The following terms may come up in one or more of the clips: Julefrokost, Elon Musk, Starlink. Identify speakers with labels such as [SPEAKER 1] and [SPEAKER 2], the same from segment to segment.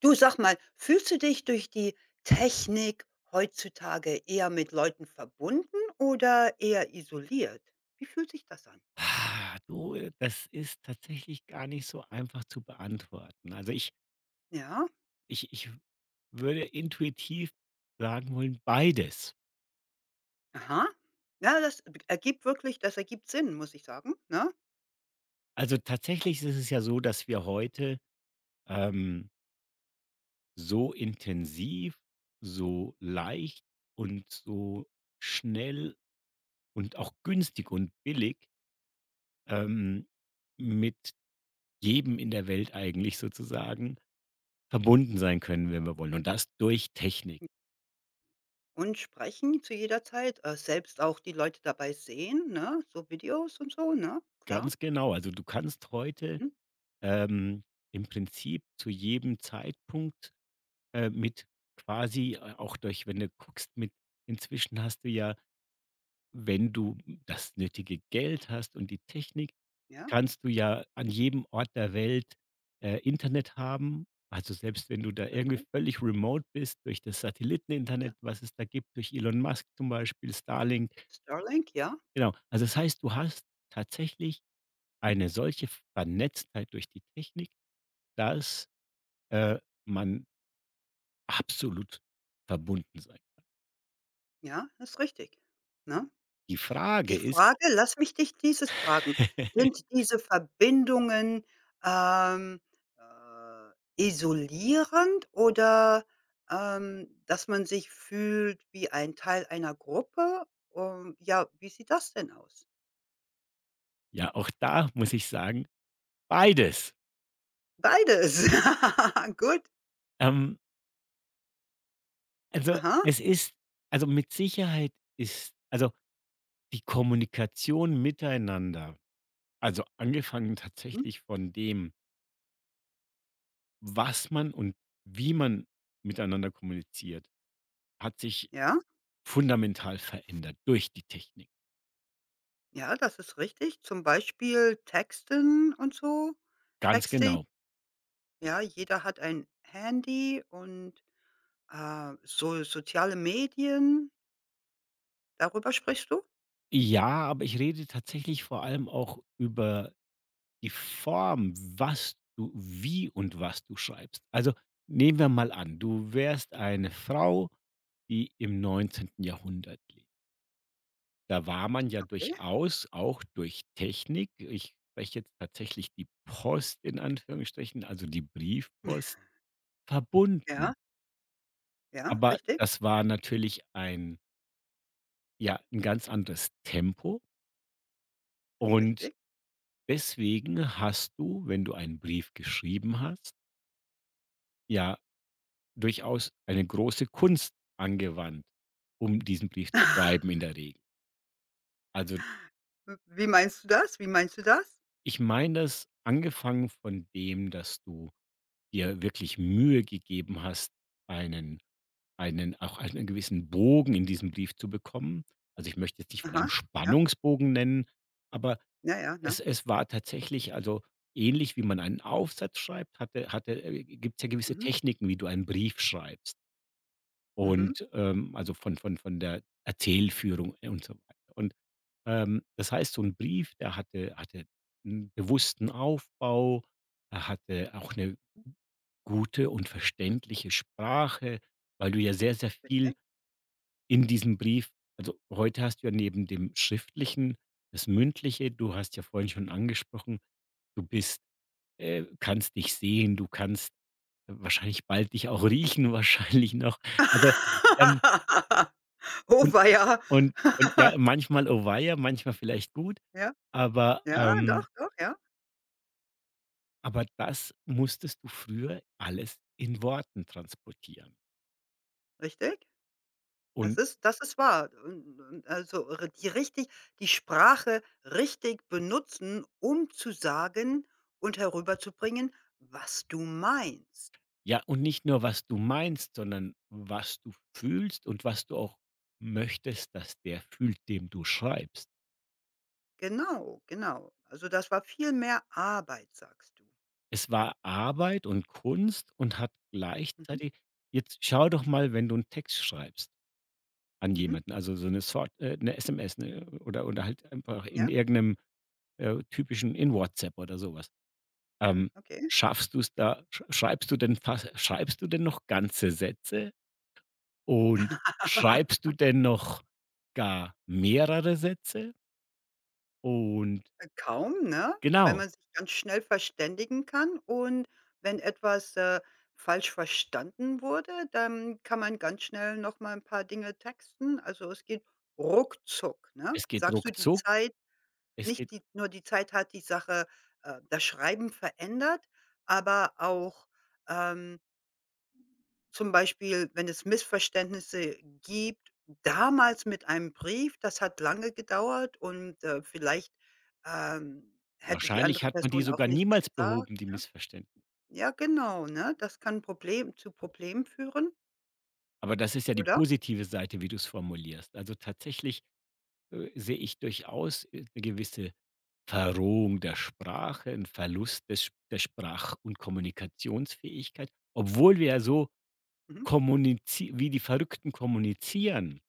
[SPEAKER 1] Du, sag mal, fühlst du dich durch die Technik heutzutage eher mit Leuten verbunden oder eher isoliert? Wie fühlt sich das an?
[SPEAKER 2] Ah, du, das ist tatsächlich gar nicht so einfach zu beantworten. Also ich
[SPEAKER 1] Ja,
[SPEAKER 2] ich ich würde intuitiv sagen wollen, beides.
[SPEAKER 1] aha. Ja, das b ergibt wirklich das ergibt Sinn, muss ich sagen, ne?
[SPEAKER 2] Also tatsächlich ist es ja so, dass wir heute, ähm, so intensiv, so leicht und so schnell und auch günstig und billig, ähm, mit jedem in der Welt eigentlich sozusagen verbunden sein können, wenn wir wollen, und das durch Technik.
[SPEAKER 1] Und sprechen zu jeder Zeit, selbst auch die Leute dabei sehen, ne? So Videos und so, ne? Klar.
[SPEAKER 2] Ganz genau. Also, du kannst heute,
[SPEAKER 1] Mhm.
[SPEAKER 2] ähm, im Prinzip zu jedem Zeitpunkt, mit quasi a auch, durch wenn du guckst, mit inzwischen hast du ja, wenn du das nötige Geld hast und die Technik,
[SPEAKER 1] Ja,
[SPEAKER 2] kannst du ja an jedem Ort der Welt, Internet haben. Also, selbst wenn du da irgendwie
[SPEAKER 1] richtig.
[SPEAKER 2] völlig remote bist durch das
[SPEAKER 1] Ja.
[SPEAKER 2] Satelliteninternet, was es da gibt, durch Elon Musk zum Beispiel, Starlink,
[SPEAKER 1] Starlink, ja,
[SPEAKER 2] genau. Also, das heißt, du hast tatsächlich eine solche Vernetztheit durch die Technik, dass, äh, man absolut verbunden sei.
[SPEAKER 1] ja, ist richtig, ne?
[SPEAKER 2] Die Frage
[SPEAKER 1] Die
[SPEAKER 2] ist
[SPEAKER 1] Frage lass mich dich dieses fragen: Sind diese Verbindungen, ähm, äh, isolierend oder, dass man sich fühlt wie ein Teil einer Gruppe? Und ja, wie sieht das denn aus?
[SPEAKER 2] ja, auch da muss ich sagen, beides.
[SPEAKER 1] Beides. Gut.
[SPEAKER 2] Ähm, also,
[SPEAKER 1] Aha.
[SPEAKER 2] es ist, also, mit Sicherheit ist, also, die Kommunikation miteinander, also, angefangen
[SPEAKER 1] Mhm.
[SPEAKER 2] tatsächlich von dem, was man und wie man miteinander kommuniziert, hat sich
[SPEAKER 1] Ja,
[SPEAKER 2] fundamental verändert durch die Technik.
[SPEAKER 1] ja, das ist richtig. Zum Beispiel Texten und so.
[SPEAKER 2] Ganz
[SPEAKER 1] Texting,
[SPEAKER 2] genau.
[SPEAKER 1] ja, jeder hat ein Handy und, so soziale Medien. Darüber sprichst du?
[SPEAKER 2] Ja, aber ich rede tatsächlich vor allem auch über die Form, was du, wie und was du schreibst. Also, nehmen wir mal an, du wärst eine Frau, die im neunzehnten Jahrhundert lebt. Da war man ja
[SPEAKER 1] Okay.
[SPEAKER 2] durchaus auch durch Technik, ich spreche jetzt tatsächlich die Post in Anführungsstrichen, also die Briefpost,
[SPEAKER 1] Ja,
[SPEAKER 2] verbunden.
[SPEAKER 1] ja,
[SPEAKER 2] Aber
[SPEAKER 1] richtig,
[SPEAKER 2] das war natürlich ein, ja, ein ganz anderes Tempo
[SPEAKER 1] ist
[SPEAKER 2] und
[SPEAKER 1] richtig.
[SPEAKER 2] deswegen hast du, wenn du einen Brief geschrieben hast, ja durchaus eine große Kunst angewandt, um diesen Brief zu schreiben in der Regel. Also,
[SPEAKER 1] Wie meinst du das? Wie meinst du das?
[SPEAKER 2] ich meine das angefangen von dem, dass du dir wirklich Mühe gegeben hast, einen einen auch einen gewissen Bogen in diesem Brief zu bekommen. Also, ich möchte jetzt nicht von einem
[SPEAKER 1] Aha, ja,
[SPEAKER 2] Spannungsbogen nennen, aber
[SPEAKER 1] ja, ja, ne?
[SPEAKER 2] es war tatsächlich, also, ähnlich wie man einen Aufsatz schreibt, hatte hatte gibt es ja gewisse
[SPEAKER 1] Mhm,
[SPEAKER 2] Techniken, wie du einen Brief schreibst,
[SPEAKER 1] mhm,
[SPEAKER 2] und, also, von der Erzählführung, und so weiter. Und, das heißt, so ein Brief, der hatte einen bewussten Aufbau, er hatte auch eine gute und verständliche Sprache, weil du ja sehr, sehr viel
[SPEAKER 1] richtig.
[SPEAKER 2] in diesem Brief. Also, heute hast du ja neben dem Schriftlichen das Mündliche. Du hast ja vorhin schon angesprochen, du bist, kannst dich sehen, du kannst, wahrscheinlich bald dich auch riechen, wahrscheinlich noch. Also, ähm,
[SPEAKER 1] Oh
[SPEAKER 2] und
[SPEAKER 1] weia.
[SPEAKER 2] und ja, manchmal oh weia, manchmal vielleicht gut,
[SPEAKER 1] Ja,
[SPEAKER 2] aber,
[SPEAKER 1] ja,
[SPEAKER 2] ähm
[SPEAKER 1] doch, doch, ja,
[SPEAKER 2] aber das musstest du früher alles in Worten transportieren.
[SPEAKER 1] richtig.
[SPEAKER 2] Und
[SPEAKER 1] Das ist wahr. Und also, ri die richtig die Sprache richtig benutzen, um zu sagen und herüberzubringen, was du meinst.
[SPEAKER 2] ja, und nicht nur, was du meinst, sondern was du fühlst und was du auch möchtest, dass der fühlt, dem du schreibst.
[SPEAKER 1] Genau, genau. Also, das war viel mehr Arbeit, sagst du.
[SPEAKER 2] Es war Arbeit und Kunst und hat
[SPEAKER 1] Mhm,
[SPEAKER 2] gleichzeitig, jetzt schau doch mal, wenn du 'n Text schreibst an
[SPEAKER 1] mhm,
[SPEAKER 2] jemanden, also so 'ne SMS, ne, oder halt einfach in
[SPEAKER 1] ja,
[SPEAKER 2] irgend 'nem, typischen, in WhatsApp oder so was. Ähm,
[SPEAKER 1] okay.
[SPEAKER 2] schaffst du's da sch schreibst du denn fast schreibst du denn noch ganze Sätze und schreibst du denn noch gar mehrere Sätze? Und
[SPEAKER 1] Kaum, ne? Weil
[SPEAKER 2] genau,
[SPEAKER 1] man sich ganz schnell verständigen kann und wenn etwas, falsch verstanden wurde, dann kann man ganz schnell noch mal ein paar Dinge texten. Also, es geht ruckzuck, ne?
[SPEAKER 2] es geht
[SPEAKER 1] Sagst du, die
[SPEAKER 2] ruckzuck.
[SPEAKER 1] Zeit
[SPEAKER 2] Es geht,
[SPEAKER 1] nicht die nur die Zeit hat die Sache das Schreiben verändert, aber auch, ähm Zum Beispiel, wenn es Missverständnisse gibt, damals mit einem Brief, das hat lange gedauert und, vielleicht, hätte die
[SPEAKER 2] wahrscheinlich
[SPEAKER 1] andere
[SPEAKER 2] hat man die
[SPEAKER 1] Person auch
[SPEAKER 2] sogar
[SPEAKER 1] nichts
[SPEAKER 2] niemals
[SPEAKER 1] gesagt.
[SPEAKER 2] behoben, die Missverständ.
[SPEAKER 1] Ja, genau, ne? Das kann Problem zu Problemen führen,
[SPEAKER 2] Aber das ist ja die
[SPEAKER 1] oder?
[SPEAKER 2] positive Seite, wie du es formulierst. Also, tatsächlich, sehe ich durchaus, 'ne gewisse Verrohung der Sprache, 'n Verlust des der Sprach und Kommunikationsfähigkeit, obwohl wir ja so
[SPEAKER 1] Mhm.
[SPEAKER 2] kommunizieren, wie die Verrückten kommunizieren.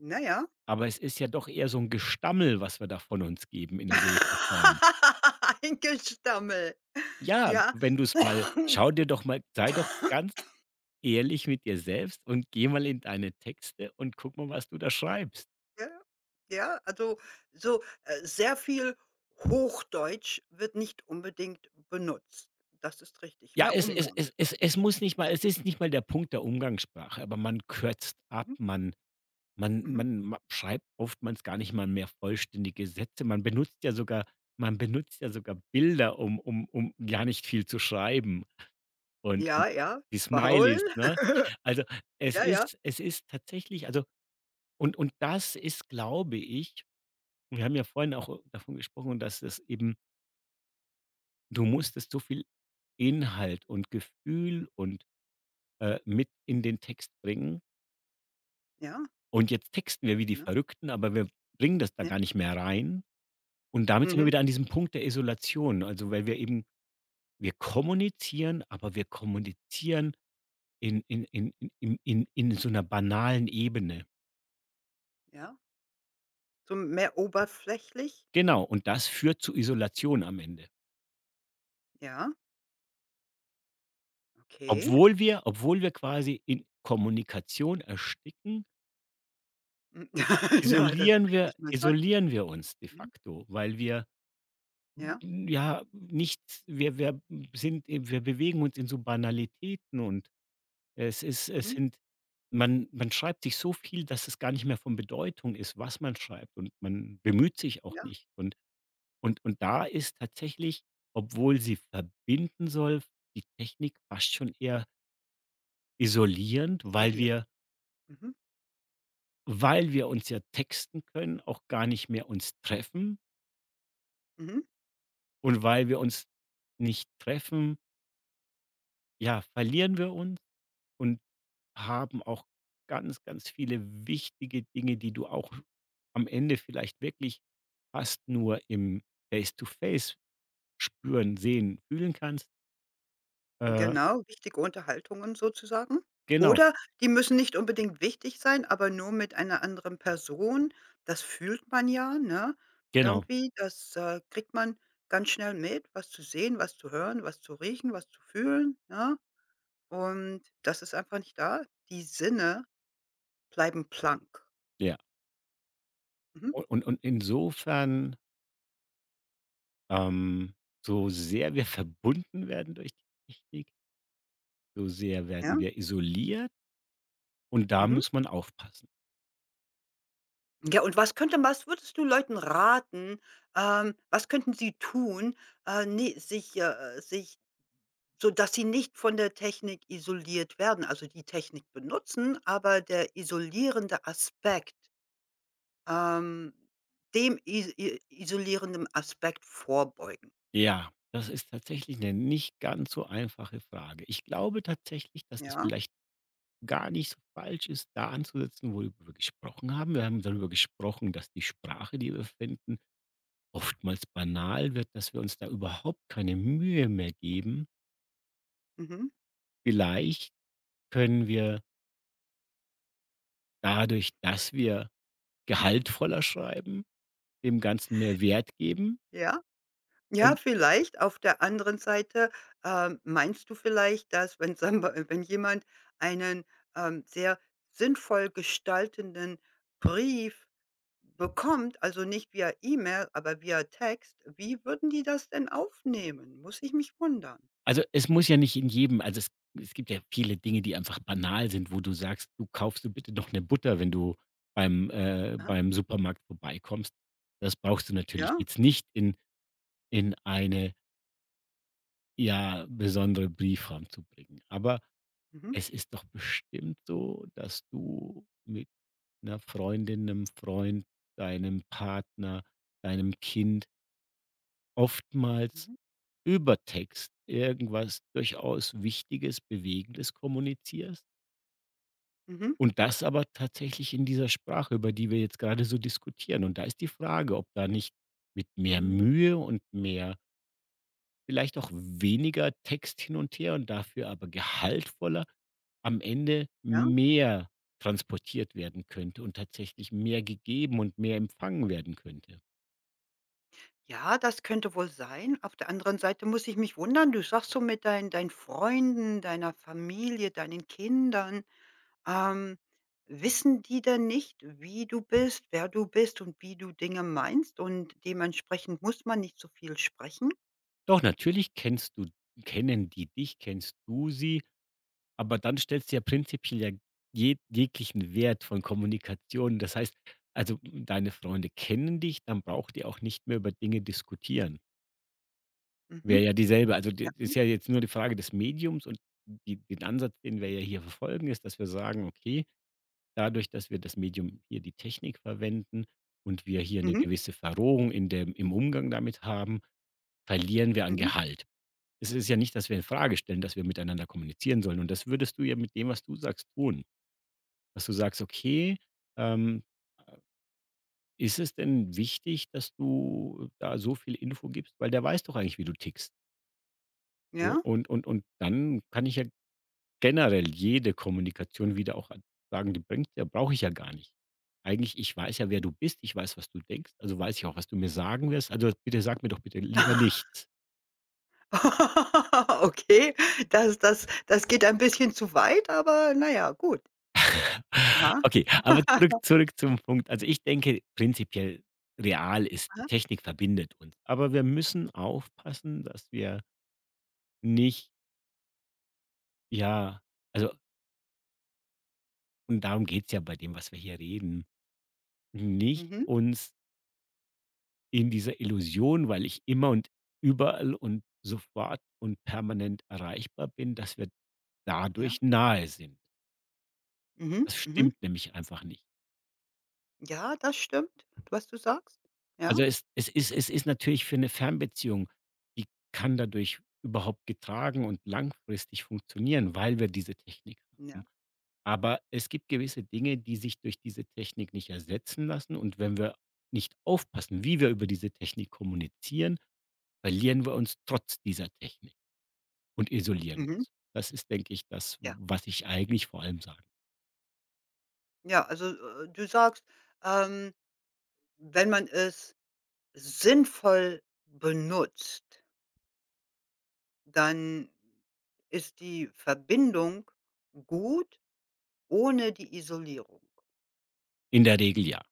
[SPEAKER 1] Na ja.
[SPEAKER 2] Aber es ist ja doch eher so ein Gestammel, was wir da von uns geben in 'ner gewissen Form.
[SPEAKER 1] Eingestammelt.
[SPEAKER 2] Ja,
[SPEAKER 1] Ja.
[SPEAKER 2] wenn du es mal, schau dir doch mal, sei doch ganz ehrlich mit dir selbst und geh mal in deine Texte und guck mal, was du da schreibst.
[SPEAKER 1] Ja. Ja, also so sehr viel Hochdeutsch wird nicht unbedingt benutzt. Das ist richtig,
[SPEAKER 2] Ja,
[SPEAKER 1] mehr Umgangsdeutsch. Ja.
[SPEAKER 2] es ist nicht mal der Punkt der Umgangssprache, aber man kürzt ab,
[SPEAKER 1] Mhm.
[SPEAKER 2] man man
[SPEAKER 1] Mhm.
[SPEAKER 2] man ma schreibt oftmals gar nicht mal mehr vollständige Sätze. Man benutzt ja sogar Bilder, um gar nicht viel zu schreiben, und
[SPEAKER 1] Ja,
[SPEAKER 2] und
[SPEAKER 1] ja,
[SPEAKER 2] die
[SPEAKER 1] faul.
[SPEAKER 2] Smileys, ne? Also, es
[SPEAKER 1] Ja, ja,
[SPEAKER 2] ist es ist tatsächlich, also, das ist, glaube ich, wir haben ja vorhin auch davon gesprochen, dass es eben, du musstest so viel Inhalt und Gefühl und, mit in den Text bringen.
[SPEAKER 1] ja,
[SPEAKER 2] Und jetzt texten wir wie die
[SPEAKER 1] ne?
[SPEAKER 2] Verrückten, aber wir bringen das da
[SPEAKER 1] Ja.
[SPEAKER 2] gar nicht mehr rein. Und damit sind wir
[SPEAKER 1] Mhm.
[SPEAKER 2] wieder an diesem Punkt der Isolation. Also, weil wir eben, wir kommunizieren, aber wir kommunizieren in so einer banalen Ebene.
[SPEAKER 1] Ja. So mehr oberflächlich.
[SPEAKER 2] Genau. Und das führt zu Isolation am Ende.
[SPEAKER 1] Ja, okay.
[SPEAKER 2] Obwohl wir quasi in Kommunikation ersticken,
[SPEAKER 1] Mhm. Ja, das ist richtig manchmal.
[SPEAKER 2] isolieren wir uns de
[SPEAKER 1] Mhm.
[SPEAKER 2] facto, weil wir,
[SPEAKER 1] Ja.
[SPEAKER 2] Ja, nicht, wir sind eben, wir bewegen uns in so Banalitäten, und es
[SPEAKER 1] Mhm.
[SPEAKER 2] sind, man man schreibt sich so viel, dass es gar nicht mehr von Bedeutung ist, was man schreibt, und man bemüht sich auch
[SPEAKER 1] Ja,
[SPEAKER 2] nicht. Und da ist tatsächlich, obwohl sie verbinden soll, die Technik fast schon eher isolierend, weil
[SPEAKER 1] isolieren.
[SPEAKER 2] wir,
[SPEAKER 1] Mhm.
[SPEAKER 2] uns ja texten können, auch gar nicht mehr uns treffen,
[SPEAKER 1] Mhm.
[SPEAKER 2] und weil wir uns nicht treffen, ja, verlieren wir uns und haben auch ganz, ganz viele wichtige Dinge, die du auch am Ende vielleicht wirklich fast nur im Face-to-Face spüren, sehen, fühlen kannst. Äh,
[SPEAKER 1] Genau, wichtige Unterhaltungen sozusagen.
[SPEAKER 2] genau,
[SPEAKER 1] Oder die müssen nicht unbedingt wichtig sein, aber nur mit einer anderen Person. Das fühlt man ja, ne?
[SPEAKER 2] genau,
[SPEAKER 1] Irgendwie, das, kriegt man ganz schnell mit, was zu sehen, was zu hören, was zu riechen, was zu fühlen, ne? Und das ist einfach nicht da. Die Sinne bleiben blank.
[SPEAKER 2] ja.
[SPEAKER 1] Mhm,
[SPEAKER 2] U und insofern, ähm, so sehr wir verbunden werden durch die Technik, so sehr
[SPEAKER 1] ja,
[SPEAKER 2] werden wir isoliert, und da
[SPEAKER 1] mhm.
[SPEAKER 2] muss man aufpassen.
[SPEAKER 1] Ja, und was könnte was würdest du Leuten raten, was könnten sie tun, ne sich, sich Sodass sie nicht von der Technik isoliert werden, also die Technik benutzen, aber der isolierende Aspekt ähm, dem is i isolierenden Aspekt vorbeugen.
[SPEAKER 2] Ja, das ist tatsächlich eine nicht ganz so einfache Frage. Ich glaube tatsächlich, dass es
[SPEAKER 1] Ja,
[SPEAKER 2] vielleicht gar nicht so falsch ist, da anzusetzen, worüber wir gesprochen haben. Wir haben darüber gesprochen, dass die Sprache, die wir finden, oftmals banal wird, dass wir uns da überhaupt keine Mühe mehr geben.
[SPEAKER 1] mhm,
[SPEAKER 2] Vielleicht können wir dadurch, dass wir gehaltvoller schreiben, dem Ganzen mehr Wert geben.
[SPEAKER 1] ja. Ja,
[SPEAKER 2] Und,
[SPEAKER 1] vielleicht. Auf der anderen Seite, meinst du vielleicht, dass wenn sambe wenn jemand einen, sehr sinnvoll gestaltenden Brief Bekommt, also nicht via E-Mail, aber via Text, wie würden die das denn aufnehmen? Muss ich mich wundern.
[SPEAKER 2] also, es muss ja nicht in jedem, also es gibt ja viele Dinge, die einfach banal sind, wo du sagst, du kaufst du bitte noch eine Butter, wenn du beim, äh,
[SPEAKER 1] Ja,
[SPEAKER 2] beim Supermarkt vorbeikommst. Das brauchst du natürlich
[SPEAKER 1] ja,
[SPEAKER 2] jetzt nicht in eine, ja, besondere Briefform zu bringen. Aber
[SPEAKER 1] mhm,
[SPEAKER 2] es ist doch bestimmt so, dass du mit einer Freundin, einem Freund, deinem Partner, deinem Kind oftmals
[SPEAKER 1] mhm,
[SPEAKER 2] über Text irgendwas durchaus Wichtiges, Bewegendes kommunizierst,
[SPEAKER 1] mhm,
[SPEAKER 2] und das aber tatsächlich in dieser Sprache, über die wir jetzt gerade so diskutieren. Und da ist die Frage, ob da nicht mit mehr
[SPEAKER 1] mhm,
[SPEAKER 2] Mühe und mehr, vielleicht auch weniger Text hin und her und dafür aber gehaltvoller, am Ende
[SPEAKER 1] ja.
[SPEAKER 2] mehr transportiert werden könnte und tatsächlich mehr gegeben und mehr empfangen werden könnte.
[SPEAKER 1] Ja, das könnte wohl sein. Auf der anderen Seite muss ich mich wundern, du sagst so mit deinen Freunden, deiner Familie, deinen Kindern, ähm, wissen die denn nicht, wie du bist, wer du bist und wie du Dinge meinst und dementsprechend muss man nicht so viel sprechen?
[SPEAKER 2] Doch natürlich kennst du, kennen die dich, kennst du sie, aber dann stellst du ja prinzipiell ja jeglichen Wert von Kommunikation. Das heißt, also, deine Freunde kennen dich, dann braucht ihr auch nicht mehr über Dinge diskutieren.
[SPEAKER 1] Mhm,
[SPEAKER 2] Wäre ja dieselbe. Also,
[SPEAKER 1] ja,
[SPEAKER 2] d ist
[SPEAKER 1] mhm,
[SPEAKER 2] ja jetzt nur die Frage des Mediums und die, den Ansatz, den wir ja hier verfolgen, ist, dass wir sagen: „Okay, dadurch, dass wir das Medium hier, die Technik, verwenden und wir hier eine
[SPEAKER 1] mhm,
[SPEAKER 2] gewisse Verrohung in dem, im Umgang damit haben, verlieren wir an
[SPEAKER 1] mhm,
[SPEAKER 2] Gehalt." Es ist ja nicht, dass wir in Frage stellen, dass wir miteinander kommunizieren sollen, und das würdest du ja mit dem, was du sagst, tun. Dass du sagst: „Okay, ähm, ist es denn wichtig, dass du da so viel Info gibst?" Weil der weiß doch eigentlich, wie du tickst. Oh.
[SPEAKER 1] ja.
[SPEAKER 2] Und dann kann ich ja generell jede Kommunikation wieder auch an sagen, die bringt ja, brauche ich ja gar nicht. Eigentlich, ich weiß ja, wer
[SPEAKER 1] Mhm.
[SPEAKER 2] du bist, ich weiß, was du denkst, also weiß ich auch, was du mir sagen wirst. Also, bitte sag mir doch bitte lieber nichts.
[SPEAKER 1] Okay, das das das geht ein bisschen zu weit, aber na ja, gut. Ja.
[SPEAKER 2] Okay, aber zurück zurück zum Punkt. Also, ich denke prinzipiell, real ist, die
[SPEAKER 1] Aha.
[SPEAKER 2] Technik verbindet uns, aber wir müssen aufpassen, dass wir nicht, ja, also, und darum geht's ja bei dem, was wir hier reden, nicht
[SPEAKER 1] Mhm.
[SPEAKER 2] uns in dieser Illusion, weil ich immer und überall und sofort und permanent erreichbar bin, dass wir
[SPEAKER 1] Ja.
[SPEAKER 2] dadurch nahe sind.
[SPEAKER 1] Mhm.
[SPEAKER 2] Das
[SPEAKER 1] Mhm.
[SPEAKER 2] stimmt nämlich einfach nicht.
[SPEAKER 1] Ja, das stimmt, was du sagst.
[SPEAKER 2] Also,
[SPEAKER 1] Ja,
[SPEAKER 2] es ist natürlich für eine Fernbeziehung, die kann dadurch überhaupt getragen und langfristig funktionieren, weil wir diese Technik
[SPEAKER 1] ja.
[SPEAKER 2] haben. Aber es gibt gewisse Dinge, die sich durch diese Technik nicht ersetzen lassen, und wenn wir nicht aufpassen, wie wir über diese Technik kommunizieren, verlieren wir uns trotz dieser Technik und isolieren
[SPEAKER 1] Mhm.
[SPEAKER 2] uns. Das ist, denke ich, das,
[SPEAKER 1] Ja.
[SPEAKER 2] was ich eigentlich vor allem sage.
[SPEAKER 1] Ja, also, du sagst, ähm, wenn man es sinnvoll benutzt, dann ist die Verbindung gut ohne die Isolierung.
[SPEAKER 2] In der Regel ja.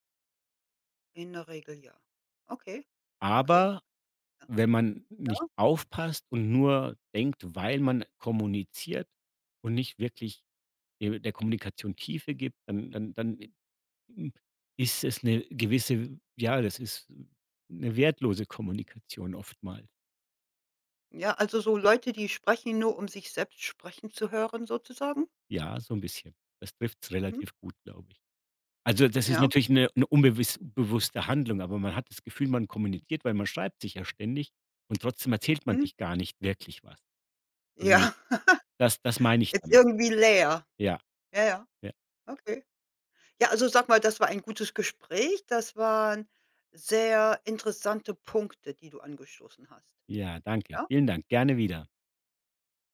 [SPEAKER 1] In der Regel ja. Okay, okay.
[SPEAKER 2] Aber
[SPEAKER 1] Ja.
[SPEAKER 2] wenn man
[SPEAKER 1] Ja?
[SPEAKER 2] nicht aufpasst und nur denkt, weil man kommuniziert und nicht wirklich de der Kommunikation Tiefe gibt, hm, ist es eine gewisse, ja, das ist eine wertlose Kommunikation oftmals.
[SPEAKER 1] Ja, also so Leute, die sprechen, nur um sich selbst sprechen zu hören sozusagen?
[SPEAKER 2] Ja, so ein bisschen. Das trifft's
[SPEAKER 1] Mhm.
[SPEAKER 2] relativ gut, glaube ich. Also, das ist
[SPEAKER 1] Ja.
[SPEAKER 2] natürlich eine 'ne unbewusst Handlung, aber man hat das Gefühl, man kommuniziert, weil man schreibt sich ja ständig und trotzdem erzählt man
[SPEAKER 1] Mhm.
[SPEAKER 2] sich gar nicht wirklich was, sondern
[SPEAKER 1] Ja,
[SPEAKER 2] das meine ich
[SPEAKER 1] Jetzt
[SPEAKER 2] damit.
[SPEAKER 1] irgendwie leer.
[SPEAKER 2] Ja,
[SPEAKER 1] Ja, ja,
[SPEAKER 2] ja,
[SPEAKER 1] okay. Ja, also sag mal, das war ein gutes Gespräch. Das waren sehr interessante Punkte, die du angestoßen hast.
[SPEAKER 2] ja, danke.
[SPEAKER 1] Ja?
[SPEAKER 2] Vielen Dank. Gerne wieder.